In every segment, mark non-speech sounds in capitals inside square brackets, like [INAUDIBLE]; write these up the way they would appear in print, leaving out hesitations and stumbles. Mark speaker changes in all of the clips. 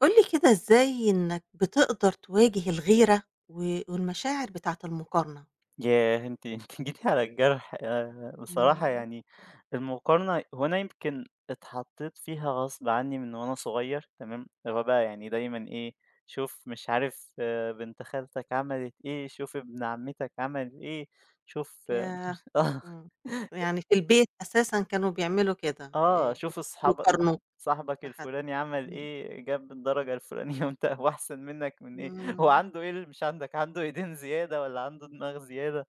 Speaker 1: قُل لي كده إزاي إنك بتقدر تواجه الغيرة و والمشاعر بتاعة المقارنة؟
Speaker 2: ياه! أنتِ [LAUGHS] أنتِ جيتِ على الجرح، بصراحة
Speaker 1: إمم،
Speaker 2: يعني المقارنة هو أنا يمكن اتحطيت فيها غصب عني من وأنا صغير تمام، اللي هو بقى يعني دايمًا إيه، شوف مش عارف بنت خالتك عملت إيه، شوف ابن عمتك عمل إيه، شوف
Speaker 1: ياه! إمم،
Speaker 2: [LAUGHS]
Speaker 1: يعني في البيت أساسًا كانوا بيعملوا كده،
Speaker 2: شوف صحاب صاحب
Speaker 1: بيقارنوا
Speaker 2: صاحبك
Speaker 1: بحد.
Speaker 2: الفلاني عمل
Speaker 1: إمم،
Speaker 2: إيه، جاب الدرجة الفلانية [LAUGHS] وأنت هو أحسن منك من إيه، هو
Speaker 1: إمم،
Speaker 2: عنده إيه اللي مش عندك، عنده إيدين زيادة والّا عنده دماغ زيادة؟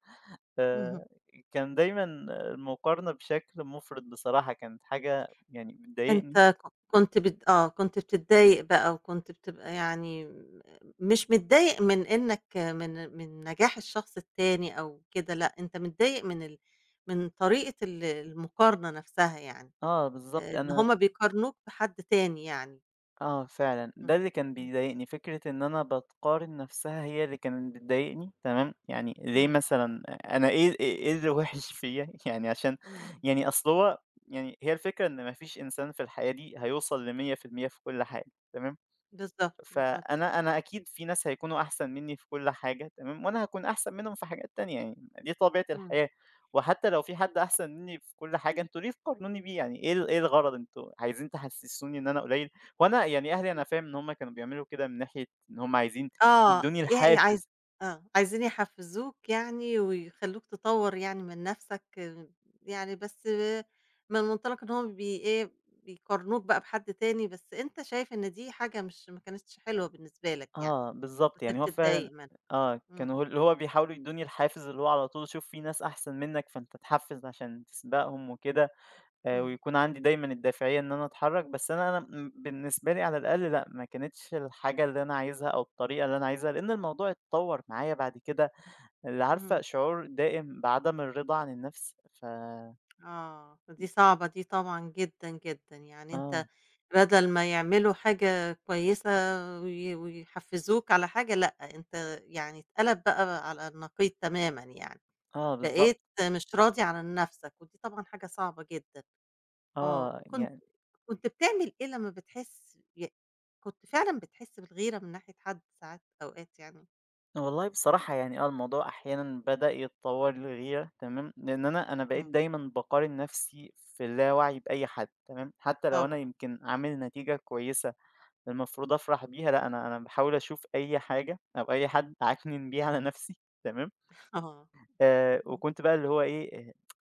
Speaker 1: اهم.
Speaker 2: آآ كان دايمًا المقارنة بشكل مُفرط بصراحة، كانت حاجة يعني بتضايقني.
Speaker 1: أنت ك كنت بت آه، كنت بتتضايق بقى وكنت بتبقى يعني مش متضايق من إنك من نجاح الشخص التاني أو كده، لأ، أنت متضايق من من طريقة المقارنة نفسها يعني.
Speaker 2: آه بالضبط،
Speaker 1: إن
Speaker 2: أنا
Speaker 1: هُم بيقارنوك بحد تاني يعني.
Speaker 2: آه فعلًا، ده
Speaker 1: إمم،
Speaker 2: اللي كان
Speaker 1: إمم،
Speaker 2: بيضايقني، فكرة إن أنا باتقارن نَفْسها هي اللي كانت بتضايقني تمام، يعني ليه
Speaker 1: إمم،
Speaker 2: مثلًا أنا إيه اللي وِحِش فيّا؟ [LAUGHS] يعني عشان
Speaker 1: إمم،
Speaker 2: يعني أصل هو يعني هي الفكرة إن ما فيش إنسان في الحياة دي هيوصل ل100% في المية في كل حاجة تمام؟
Speaker 1: بالضبط، بالضبط،
Speaker 2: فأنا
Speaker 1: آه.
Speaker 2: أنا أكيد في ناس هيكونوا أحسن مني في كل حاجة تمام، وأنا هاكون أحسن منهم في حاجات تانية يعني دي طبيعة
Speaker 1: إمم،
Speaker 2: الحياة، وحتى لو في حد أحسن مني في كل حاجة أنتم ليه تقارنوني بيه يعني إيه الغرض أنتم عايزين تحسسوني إن أنا قليل، وأنا يعني أهلي أنا
Speaker 1: بالضبط،
Speaker 2: فاهم إن هُم كانوا بيعملوا كده من ناحية إن هُم عايزين
Speaker 1: آه،
Speaker 2: يدوني
Speaker 1: ي عايز
Speaker 2: الحافز.
Speaker 1: آه، عايزين يحفّزوك يعني ويخلّوك تطوّر يعني من نَفْسك آه. يعني بس آه، من منطلق إن هُم بي إيه، بيقارنوك بقى بحد تاني، بس أنت شايف إن دي حاجة مش ما كانتش حلوة بالنسبة لك يعني،
Speaker 2: آه بالضبط،
Speaker 1: كنت
Speaker 2: يعني هو فعلًا
Speaker 1: بتتضايق منها.
Speaker 2: آه كانوا
Speaker 1: إمم،
Speaker 2: اللي هو بيحاولوا يدوني الحافز اللي هو على طول شوف في ناس أحسن منك فأنت اتحفز عشان تسبقهم وكده.
Speaker 1: إمم،
Speaker 2: ويكون عندي دايمًا الدافعية إن أنا أتحرّك، بس أنا بالنسبة لي على الأقل لأ، ما كانتش الحاجة اللي أنا عايزها أو الطريقة اللي أنا عايزها، لإن الموضوع اتطوّر معايا بعد كده اللي عارفة
Speaker 1: اهم.
Speaker 2: شعور دائم بعدم الرضا عن النَفْس.
Speaker 1: آه، دي صعبة دي طبعًا جدًا، جدًا. يعني
Speaker 2: آه،
Speaker 1: أنت بدل ما يعملوا حاجة كويسة ويحفّزوك على حاجة، لأ، أنت يعني اتقلب بقى على النقيض تمامًا يعني.
Speaker 2: آه
Speaker 1: بقيت
Speaker 2: بالضبط،
Speaker 1: مش راضي عن نَفْسك، ودي طبعًا حاجة صعبة جدًا. آه،
Speaker 2: آه،
Speaker 1: كنت
Speaker 2: يعني
Speaker 1: كنت بتعمل إيه لمّا بتحس ي كنت فعلًا بتحس بالغيرة من ناحية حد ساعات أوقات يعني؟
Speaker 2: والله بصراحة يعني الموضوع أحيانًا بدأ يتطوّر لغيرة تمام، لإن أنا بقيت
Speaker 1: إمم،
Speaker 2: دايمًا باقارن نَفْسي في اللاوعي بأي حد تمام، حتى لو أنا
Speaker 1: طبعًا.
Speaker 2: يمكن عامل نتيجة كويسة المفروض أفرح بيها، لأ أنا باحاول أشوف أي حاجة أو أي حد أعكنن بيه على نفسي [LAUGHS] تمام،
Speaker 1: [LAUGHS] آه. إمم،
Speaker 2: وكنت بقى اللي هو إيه،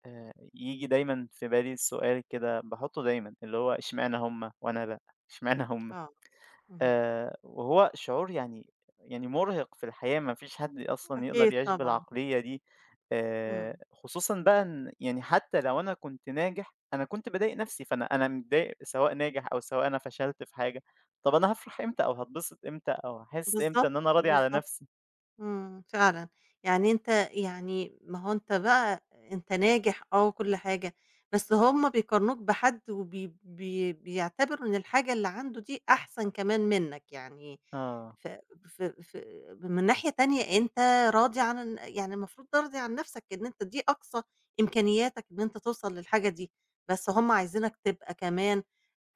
Speaker 2: ييجي دايمًا في بالي السؤال كده باحطه دايمًا، اللي هو إشمعنى هُم وأنا لأ، إشمعنى هُم؟
Speaker 1: آه. اهم.
Speaker 2: وهو شعور يعني مُرهق في الحقيقة، ما فيش حد أصلًا
Speaker 1: أكيد
Speaker 2: يقدر يعيش
Speaker 1: طبعًا.
Speaker 2: بالعقلية دي،
Speaker 1: إمم،
Speaker 2: خصوصًا بقى إن يعني حتى لو أنا كنت ناجح، أنا كنت باضايق نفسي، فأنا متضايق سواء ناجح أو سواء أنا فشلت في حاجة، طَب أنا هافرح إمتى أو هاتبسط إمتى أو هاحس إمتى إن أنا
Speaker 1: بالضبط،
Speaker 2: راضي على
Speaker 1: بالضبط.
Speaker 2: نفسي؟
Speaker 1: فعلًا. يعني أنت يعني ما هو أنت بقى أنت ناجح آه وكل حاجة، بس هُم بيقارنوك بحد وبي بي بيعتبروا إن الحاجة اللي عنده دي أحسن كمان منّك، يعني
Speaker 2: آه،
Speaker 1: ف ف ف من ناحية تانية أنت راضي عن يعني المفروض ترضي عن نَفْسك إن أنت دي أقصى إمكانياتك إن أنت توصل للحاجة دي، بس هُم عايزينك تبقى كمان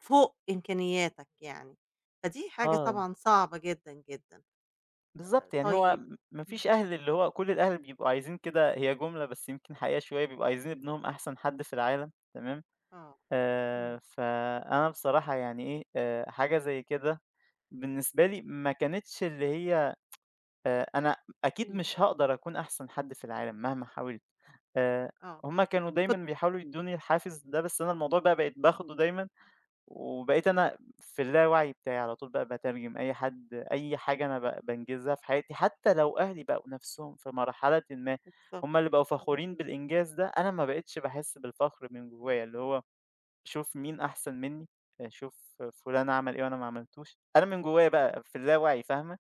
Speaker 1: فوق إمكانياتك يعني. فدي حاجة
Speaker 2: آه،
Speaker 1: طبعًا صعبة جدًا، جدًا.
Speaker 2: بالضبط، يعني هو
Speaker 1: طيب
Speaker 2: ما فيش أهل اللي هو كل الأهل بيبقوا عايزين كده هي جملة بس يمكن حقيقة شوية، بيبقوا عايزين ابنهم أحسن حد في العالم، تمام؟
Speaker 1: آه. إمم،
Speaker 2: فأنا بصراحة يعني إيه، حاجة زي كده بالنسبة لي ما كانتش اللي هي أنا أكيد
Speaker 1: إمم،
Speaker 2: مش هاقدر أكون أحسن حد في العالم مهما حاولت، آآ،
Speaker 1: آه.
Speaker 2: هُم كانوا دايمًا
Speaker 1: كنت
Speaker 2: بيحاولوا يدّوني الحافز ده، بس أنا الموضوع بقى بقيت باخده دايمًا، وبقيت أنا في اللاوعي بتاعي على طول بقى باترجم أي حد، أي حاجة أنا بانجزها في حياتي، حتى لو أهلي بقوا نفسهم في مرحلةٍ ما
Speaker 1: بالضبط.
Speaker 2: هُم اللي بقوا
Speaker 1: إمم.
Speaker 2: فخورين بالإنجاز ده، أنا ما بقيتش باحس بالفخر من جوايا، اللي هو شوف مين أحسن منّي، شوف فُلان عمل إيه وأنا ما عملتوش، أنا من جوّايا بقى في اللاوعي فاهمة؟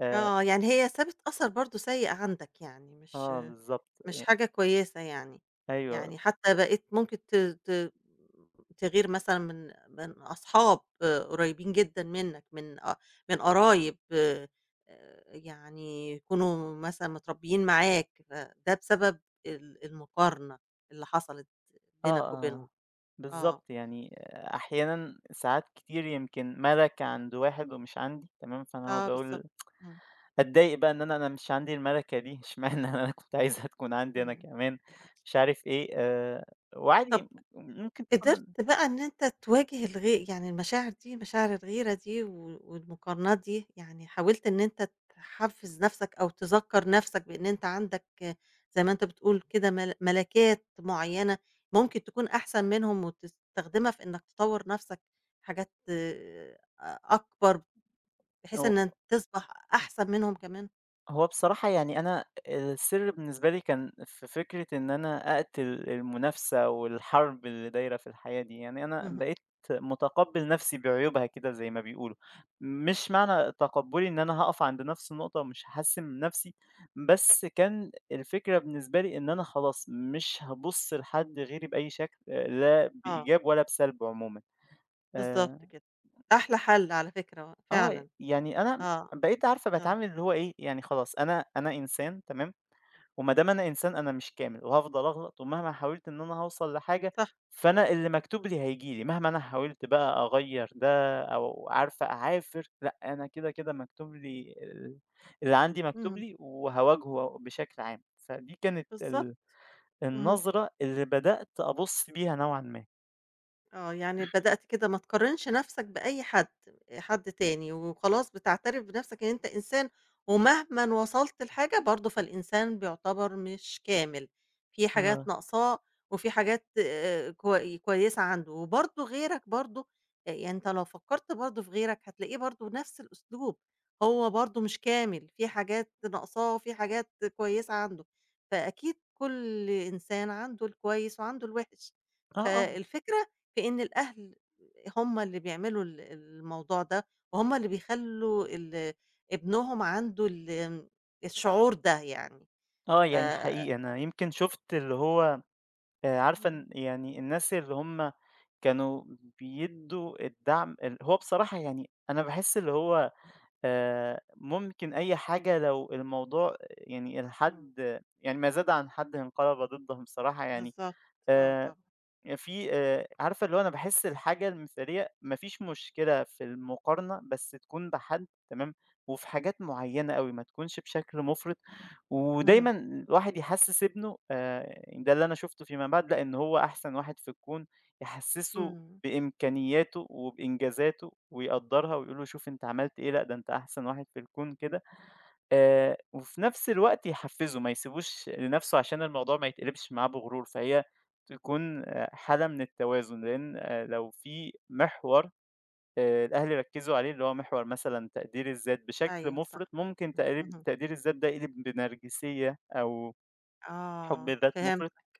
Speaker 2: آآ
Speaker 1: آه، يعني هي سابت أثر برضه سيء عندك يعني، مش
Speaker 2: آه بالضبط،
Speaker 1: مش حاجة كويسة يعني.
Speaker 2: أيوه،
Speaker 1: يعني حتى بقيت ممكن ت ت تغير مثلًا من أصحاب قريبين جدًا منّك، من قرايب يعني يكونوا مثلًا متربيين معاك، فده بسبب المقارنة اللي حصلت
Speaker 2: آه،
Speaker 1: بينك وبينهم.
Speaker 2: آه،
Speaker 1: آه،
Speaker 2: بالضبط، يعني آه، أحيانًا ساعات كتير يمكن مَلَكة عند واحد ومش عندي تمام، فأنا
Speaker 1: آه
Speaker 2: أقعد
Speaker 1: بالضبط.
Speaker 2: أقول
Speaker 1: إمم،
Speaker 2: أتضايق بقى إن أنا مش عندي المَلَكة دي، [LAUGHS] إشمعنى أنا كنت عايزها تكون عندي أنا
Speaker 1: إمم.
Speaker 2: كمان، مش عارف إيه،
Speaker 1: طَب
Speaker 2: وعادي ممكن
Speaker 1: قدرت
Speaker 2: تكون.
Speaker 1: بقى إن أنت تواجه يعني المشاعر دي، مشاعر الغيرة دي والمقارنات دي، يعني حاولت إن أنت تحفّز نَفْسك أو تذكّر نَفْسك بإن أنت عندك آه، زي ما أنت بتقول كده ملكات معيّنة ممكن تكون أحسن منهم وتستخدمها في إنّك تطوّر نَفْسك حاجات أ أكبر بحيث إن أنت تصبح أحسن منهم كمان؟
Speaker 2: هو بصراحة يعني أنا السر بالنسبة لي كان في فكرة إن أنا أقتل المنافسة والحرب اللي دايرة في الحياة دي يعني أنا
Speaker 1: اهم.
Speaker 2: بقيت متقبل نفسي بعيوبها كده زي ما بيقولوا مش معنى تقبلي إن أنا هقف عند نفس النقطة ومش هحسن من نفسي بس كان الفكرة بالنسبة لي إن أنا خلاص مش هبص لحد غيري بأي شكل لا
Speaker 1: آه،
Speaker 2: بإيجاب ولا بسلب عموما.
Speaker 1: بالضبط
Speaker 2: آه.
Speaker 1: كده. أحلى حَل على فكرة
Speaker 2: آه،
Speaker 1: فعلًا.
Speaker 2: يعني أنا
Speaker 1: آه،
Speaker 2: بقيت عارفة
Speaker 1: آه،
Speaker 2: بتعامل اللي هو إيه يعني خلاص أنا أنا إنسان تمام وما دام أنا إنسان أنا مش كامل وهافضل أغلط ومهما حاولت إن أنا هاوصل لحاجة،
Speaker 1: صح.
Speaker 2: فأنا اللي مكتوب لي هييجي لي، مهما أنا حاولت بقى أغيّر ده أو عارفة أعافر، لأ أنا كده، كده مكتوب لي ال اللي عندي مكتوب
Speaker 1: اهم،
Speaker 2: لي وهاواجهه بشكل عام. فدي كانت
Speaker 1: بالضبط.
Speaker 2: ال
Speaker 1: اهم.
Speaker 2: النظرة اللي بدأت أبُص بيها نوعًا ما.
Speaker 1: آه، يعني بدأت كده ما تقارنش نفْسك بأي حد، حد تاني، وخلاص بتعترف بنفْسك إن أنت إنسان، ومهمًا وصلت لحاجة برضه فالإنسان بيعتبر مش كامل، في حاجات
Speaker 2: آه،
Speaker 1: ناقصاه، وفي حاجات كويسة عنده، وبرضه غيرك برضه يعني أنت لو فكّرت برضه في غيرك هتلاقيه برضه نفْس الأسلوب. هو برضه مش كامل، في حاجات ناقصاه، وفي حاجات كويسة عنده. فأكيد كل إنسان عنده الكويس وعنده الوحش.
Speaker 2: آه، آه،
Speaker 1: فالفكرة في إن الأهل هم اللي بيعملوا الموضوع ده، وهُم اللي بيخلّوا ابنهم عنده ال آمم، الشعور ده يعني.
Speaker 2: آه،
Speaker 1: ف
Speaker 2: يعني حقيقي أنا يمكن شُفت اللي هو عارفة
Speaker 1: إمم،
Speaker 2: يعني الناس اللي هُم كانوا بيدّوا الدعم ال هو بصراحة يعني أنا باحس اللي هو ممكن أي حاجة لو الموضوع يعني
Speaker 1: إمم،
Speaker 2: الحد يعني ما زاد عن حده انقلب ضده بصراحة يعني
Speaker 1: بالضبط. آه
Speaker 2: آآ
Speaker 1: طبعًا.
Speaker 2: يعني في عارفة اللي هو أنا باحس الحاجة المثالية ما فيش مشكلة في المقارنة، بس تكون بحد تمام، وفي حاجات معيّنة أوي، ما تكونش بشكل مُفرط،
Speaker 1: اهم.
Speaker 2: ودايمًا الواحد يحسّس ابنه يعني ده اللي أنا شُفته فيما بعد، لأن هو أحسن واحد في الكون، يحسّسه
Speaker 1: إمم.
Speaker 2: بإمكانياته وبإنجازاته ويقدّرها ويقول له شوف أنت عملت إيه، لأ ده أنت أحسن واحد في الكون كده. وفي نفس الوقت يحفّزه، ما يسيبوش لنفسه عشان الموضوع ما يتقلبش معاه بغرور، فهي تكون حالة من التوازن، لإن لو في محور الأهل ركّزوا عليه اللي هو محور مثلًا تقدير الذات بشكل
Speaker 1: أيوه
Speaker 2: مُفرط،
Speaker 1: صح.
Speaker 2: ممكن
Speaker 1: إمم.
Speaker 2: تقريب
Speaker 1: اهم.
Speaker 2: تقدير الذات ده يقلب بنرجسية أو حُب
Speaker 1: آه
Speaker 2: ذات مُفرط.
Speaker 1: فهمتك.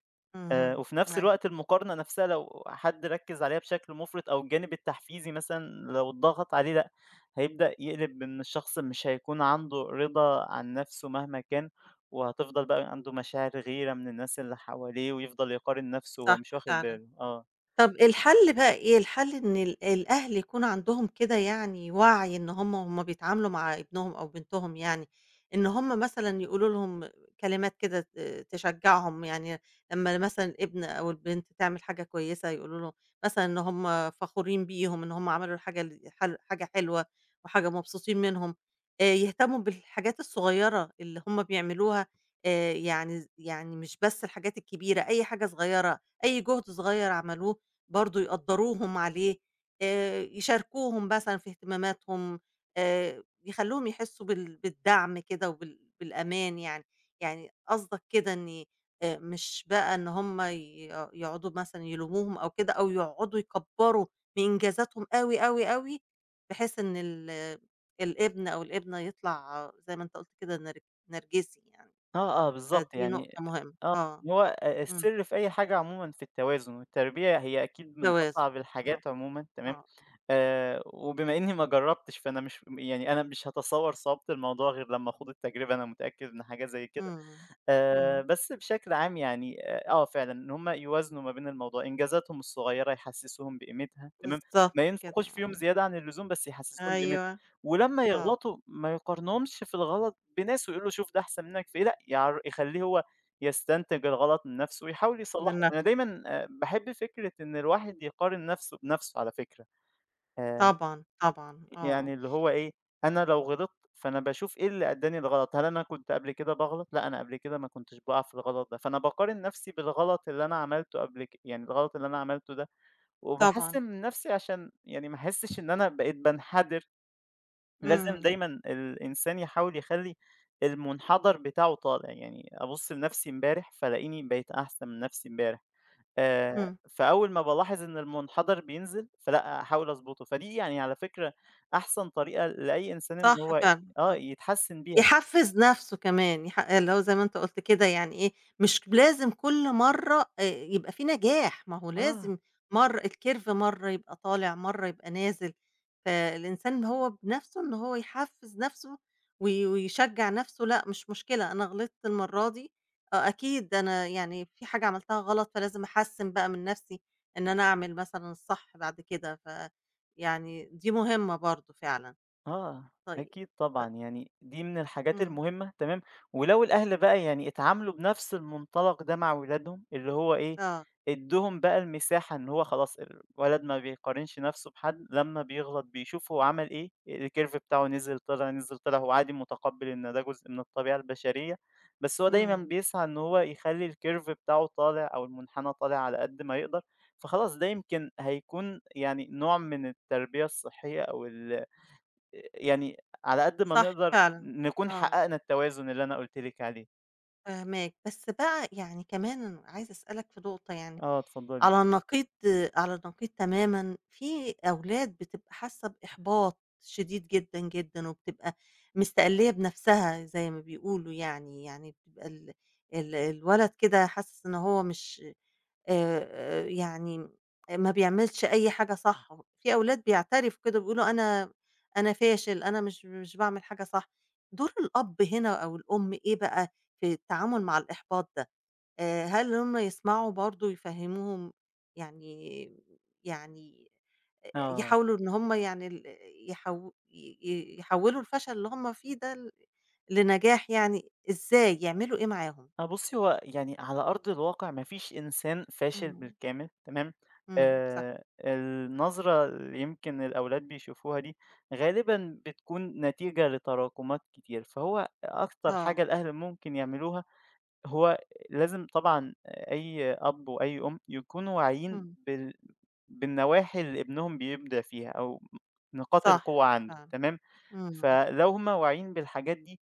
Speaker 1: اهم.
Speaker 2: وفي نفس
Speaker 1: أيوه
Speaker 2: الوقت المقارنة نفسها لو حد ركّز عليها بشكل مُفرط أو الجانب التحفيزي مثلًا لو اتضغط عليه لأ، هيبدأ يقلب إن الشخص مش هيكون عنده رضا عن نفسه مهما كان، وهتفضل بقى عنده مشاعر غيرة من الناس اللي حواليه، ويفضل يقارن نفسه
Speaker 1: صح
Speaker 2: وهو مش واخد
Speaker 1: فعلًا.
Speaker 2: باله، آه،
Speaker 1: طب الحل بقى إيه؟ الحل إن الأهل يكون عندهم كده يعني وعي إن هم وهُم بيتعاملوا مع ابنهم أو بنتهم يعني، إن هم مثلًا يقولوا لهم كلمات كده تشجّعهم. يعني لمّا مثلًا الابن أو البنت تعمل حاجة كويسة يقولوا لهم مثلًا إن هم فخورين بيهم، إن هم عملوا الحاجة ال حل حاجة حلوة وحاجة مبسوطين منهم، يهتموا بالحاجات الصغيرة اللي هم بيعملوها يعني ز يعني مش بس الحاجات الكبيرة، أي حاجة صغيرة، أي جهد صغير عملوه برضه يقدّروهم عليه، يشاركوهم مثلًا في اهتماماتهم، يخلّوهم يحسّوا بالدعم كده بالأمان يعني. يعني قصدك كده إن مش بقى إن هم ي يقعدوا مثلًا يلوموهم أو كده أو يقعدوا يكبّروا من إنجازاتهم أوي، أوي، أوي، بحيث إن الابن أو الابنة يطلع زي ما أنت قُلت كده نرجسي يعني.
Speaker 2: آه، آه، بالضبط
Speaker 1: فدي
Speaker 2: يعني
Speaker 1: نقطة مهمة.
Speaker 2: آه،
Speaker 1: آه.
Speaker 2: هو
Speaker 1: إمم،
Speaker 2: السر في أي حاجة عمومًا في التوازن، والتربية هي أكيد من
Speaker 1: توازن.
Speaker 2: أصعب
Speaker 1: آه،
Speaker 2: الحاجات عمومًا، تمام؟
Speaker 1: آه.
Speaker 2: وبما إني ما جرّبتش فأنا مش يعني أنا مش هاتصوّر صعوبة الموضوع غير لمّا أخوض التجربة، أنا متأكد إن حاجة زي كده
Speaker 1: إمم. إمم.
Speaker 2: بس بشكل عام يعني آه، آه، فعلًا إن هم يوازنوا ما بين الموضوع، إنجازاتهم الصغيّرة يحسّسوهم بقيمتها تمام،
Speaker 1: بالضبط
Speaker 2: ما ينفقوش
Speaker 1: كده.
Speaker 2: فيهم زيادة عن اللزوم بس
Speaker 1: آه،
Speaker 2: يحسّسوهم بقيمتها،
Speaker 1: أيوه.
Speaker 2: ولمّا
Speaker 1: آه،
Speaker 2: يغلطوا ما يقارنهمش في الغلط بناس ويقولوا شوف ده أحسن منك في إيه، لأ يخلّيه هو يستنتج الغلط من نَفْسه ويحاول
Speaker 1: من
Speaker 2: يصلّحه، أنا
Speaker 1: النَفْس.
Speaker 2: دايمًا باحب فكرة إن الواحد يقارن نَفْسه بنَفْسه على فكرة آآ
Speaker 1: طبعًا، طبعًا، آه.
Speaker 2: يعني اللي هو إيه، أنا لو غلطت فأنا باشوف إيه اللي أدّاني للغلط، هل أنا كنت قبل كده باغلط؟ لأ، أنا قبل كده ما كنتش باقع في الغلط ده، فأنا باقارن نفسي بالغلط اللي أنا عملته قبل ك يعني الغلط اللي أنا عملته ده،
Speaker 1: طبعًا.
Speaker 2: وباحسّن من نفسي عشان يعني ما أحسّش إن أنا بقيت بانحدر، لازم
Speaker 1: إمم.
Speaker 2: دايمًا الإنسان يحاول يخلّي المنحدر بتاعه طالع، يعني أبُص لنفسي امبارح فالاقيني بقيت أحسن من نفسي امبارح. آآ،
Speaker 1: إمم،
Speaker 2: فأول ما بالاحظ إن المنحدر بينزل، فلأ أحاول أضبطه، فدي يعني على فكرة أحسن طريقة لأي إنسان إن
Speaker 1: صح
Speaker 2: هو
Speaker 1: فعلًا،
Speaker 2: آه،
Speaker 1: آه.
Speaker 2: يتحسّن بيها.
Speaker 1: يحفّز نَفْسه كمان، اللي هو زي ما أنت قُلت كده يعني إيه، مش لازم كل مرّة يبقى في نجاح، ما هو
Speaker 2: آه.
Speaker 1: لازم مَرّة الكيرف مرّة يبقى طالع، مرّة يبقى نازل. فالإنسان هو بنَفْسه إن هو يحفّز نَفْسه ويشجّع نَفْسه. لأ، مش مشكلة أنا غلطت المرّة دي، آه أكيد أنا يعني في حاجة عملتها غلط فلازم أحسّن بقى من نَفْسي إن أنا أعمل مثلًا الصح بعد كده. ف يعني دي مهمة برضه فعلًا.
Speaker 2: آه،
Speaker 1: طيب
Speaker 2: أكيد
Speaker 1: أ
Speaker 2: طبعًا، يعني دي من الحاجات
Speaker 1: إمم،
Speaker 2: المهمة تمام، ولو الأهل بقى يعني اتعاملوا بنفس المنطلق ده مع ولادهم، اللي هو إيه،
Speaker 1: آه.
Speaker 2: ادّوهم بقى المساحة إن هو خلاص الولد ما بيقارنش نفسه بحد، لمّا بيغلط بيشوف هو عمل إيه، الcurve بتاعه نزل، طلع، نزل، طلع، هو عادي متقبّل إن ده جزء من الطبيعة البشرية، بس هو دايمًا
Speaker 1: إمم،
Speaker 2: بيسعى إن هو يخلّي الcurve بتاعه طالع أو المنحنى طالع على قد ما يقدر، فخلاص ده يمكن هيكون يعني نوع من التربية الصحية أو ال يعني على قد ما
Speaker 1: صح
Speaker 2: نقدر
Speaker 1: فعلًا،
Speaker 2: نكون
Speaker 1: آه،
Speaker 2: حققنا التوازن اللي أنا قُلت لِك عليه.
Speaker 1: فاهماك. بس بقى يعني كمان عايزة أسألك في نقطة يعني،
Speaker 2: آه، اتفضلي.
Speaker 1: على النقيض على النقيض تمامًا، في أولاد بتبقى حاسة بإحباط شديد جدًا، جدًا، وبتبقى مستقلّية بنفسها زي ما بيقولوا يعني. يعني بتبقى ال ال الولد كده حاسس إن هو مش آآ يعني ما بيعملش أي حاجة صح. في أولاد بيعترفوا كده بيقولوا أنا فاشل، أنا مش مش باعمل حاجة صح. دور الأب هنا أو الأم إيه بقى في التعامل مع الإحباط ده؟ هل هُم يسمعوا برضه ويفهموهم يعني يعني آآ
Speaker 2: آه.
Speaker 1: يحاولوا إن هُم يعني ال يحو ي ي يحوّلوا الفشل اللي هُم فيه ده لنجاح يعني. إزاي، يعملوا إيه معاهم؟
Speaker 2: آه، بُصّي، هو يعني على أرض الواقع ما فيش إنسان فاشل
Speaker 1: إمم،
Speaker 2: بالكامل، تمام؟
Speaker 1: إمم، صح.
Speaker 2: النظرة اللي يمكن الأولاد بيشوفوها دي غالبًا بتكون نتيجة لتراكمات كتير، فهو أكتر
Speaker 1: آه.
Speaker 2: حاجة الأهل ممكن يعملوها هو لازم طبعًا أي أب وأي أم يكونوا واعيين
Speaker 1: إمم.
Speaker 2: بالنواحي اللي ابنهم بيبدع فيها أو نقاط القوة
Speaker 1: صح
Speaker 2: عنده
Speaker 1: فعلًا.
Speaker 2: تمام،
Speaker 1: إمم.
Speaker 2: فلو هُم واعيين بالحاجات دي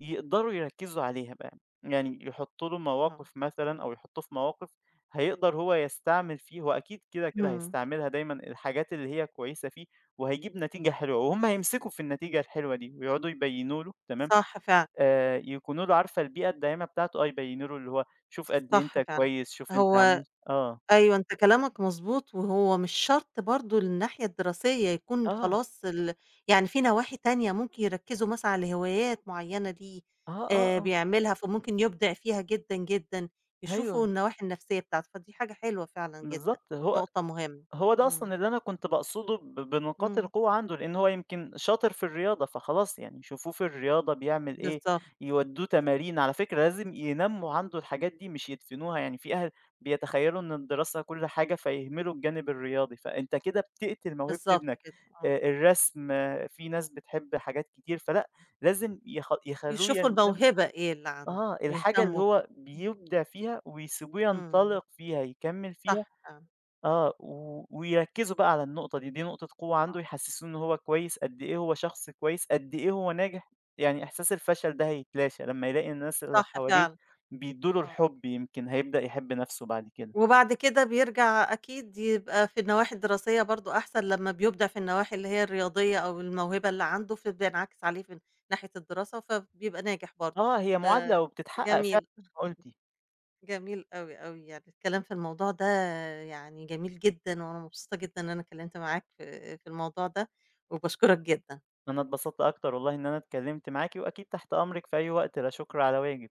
Speaker 2: يقدروا يركّزوا عليها بقى، يعني يحطّوا له
Speaker 1: آه.
Speaker 2: مواقف مثلًا أو يحطّوه في مواقف هيقدر هو يستعمل فيه هو أكيد كده، كده
Speaker 1: إمم.
Speaker 2: هيستعملها دايمًا الحاجات اللي هي كويسة فيه وهيجيب نتيجة حلوة وهُم هيمسكوا في النتيجة الحلوة دي ويقعدوا يبيّنوا له تمام،
Speaker 1: صح فعلًا.
Speaker 2: يكونوا له عارفة البيئة الداعمة بتاعته آه، يبيّنوا له اللي هو شوف قد إيه
Speaker 1: صح
Speaker 2: أنت
Speaker 1: فعلًا.
Speaker 2: كويس، شوف أنت
Speaker 1: هو
Speaker 2: عملت آه،
Speaker 1: أيوه أنت كلامك مضبوط، وهو مش شرط برضه الناحية الدراسية يكون
Speaker 2: آه،
Speaker 1: خلاص يعني في نواحي تانية ممكن يركّزوا مثلًا على هوايات معيّنة ليه
Speaker 2: آه، آه، آه،
Speaker 1: بيعملها فممكن يبدع فيها جدًا، جدًا. يشوفوا
Speaker 2: أيوه،
Speaker 1: النواحي النفسية بتاعته. فدي حاجة حلوة فعلًا جدًا.
Speaker 2: بالضبط هو
Speaker 1: نقطة مهمة.
Speaker 2: هو ده
Speaker 1: إمم.
Speaker 2: أصلًا اللي أنا كنت باقصده ب بنقاط
Speaker 1: إمم.
Speaker 2: القوة عنده، لإن هو يمكن شاطر في الرياضة، فخلاص يعني يشوفوه في الرياضة بيعمل إيه،
Speaker 1: بالضبط.
Speaker 2: يودّوه تمارين، على فكرة لازم ينمّوا عنده الحاجات دي مش يدفنوها، يعني في أهل بيتخيلوا إن الدراسة كل حاجة فيهملوا الجانب الرياضي، فأنت كده بتقتل موهبة
Speaker 1: بالضبط
Speaker 2: ابنك،
Speaker 1: كده. آه،
Speaker 2: الرسم آه، في ناس بتحب حاجات كتير، فلأ لازم يخلّوه
Speaker 1: يشوفوا
Speaker 2: يندم
Speaker 1: الموهبة إيه اللي عنده
Speaker 2: آه، الحاجة اللي
Speaker 1: ويهتموا بيها.
Speaker 2: هو بيبدع فيها ويسيبوه
Speaker 1: إمم.
Speaker 2: ينطلق فيها، يكمّل فيها
Speaker 1: صح فعلًا.
Speaker 2: آه، و ويركّزوا بقى على النقطة دي، دي نقطة قوة
Speaker 1: آه.
Speaker 2: عنده يحسّسوه إن هو كويس، قد إيه هو شخص كويس، قد إيه هو ناجح، يعني إحساس الفشل ده هيتلاشى لمّا يلاقي الناس اللي
Speaker 1: صح
Speaker 2: حواليه
Speaker 1: فعلًا.
Speaker 2: بيدّوا له
Speaker 1: آه،
Speaker 2: الحُب يمكن هيبدأ يحب نَفْسه بعد كده.
Speaker 1: وبعد كده بيرجع أكيد يبقى في النواحي الدراسية برضه أحسن لمّا بيبدع في النواحي اللي هي الرياضية أو الموهبة اللي عنده، فبينعكس عليه في ناحية الدراسة، فبيبقى ناجح برضه.
Speaker 2: آه، هي معادلة وبتتحقق فعلًا
Speaker 1: جميل.
Speaker 2: زي ما قُلتِ.
Speaker 1: جميل أوي، أوي. يعني الكلام في الموضوع ده يعني جميل جدًا، وأنا مبسوطة جدًا إن أنا اتكلمت معاك في الموضوع ده، وباشكرك جدًا.
Speaker 2: أنا اتبسطت أكتر والله إن أنا اتكلّمت معاكِ وأكيد تحت أمرِك في أي وقت، لا شُكر على واجب.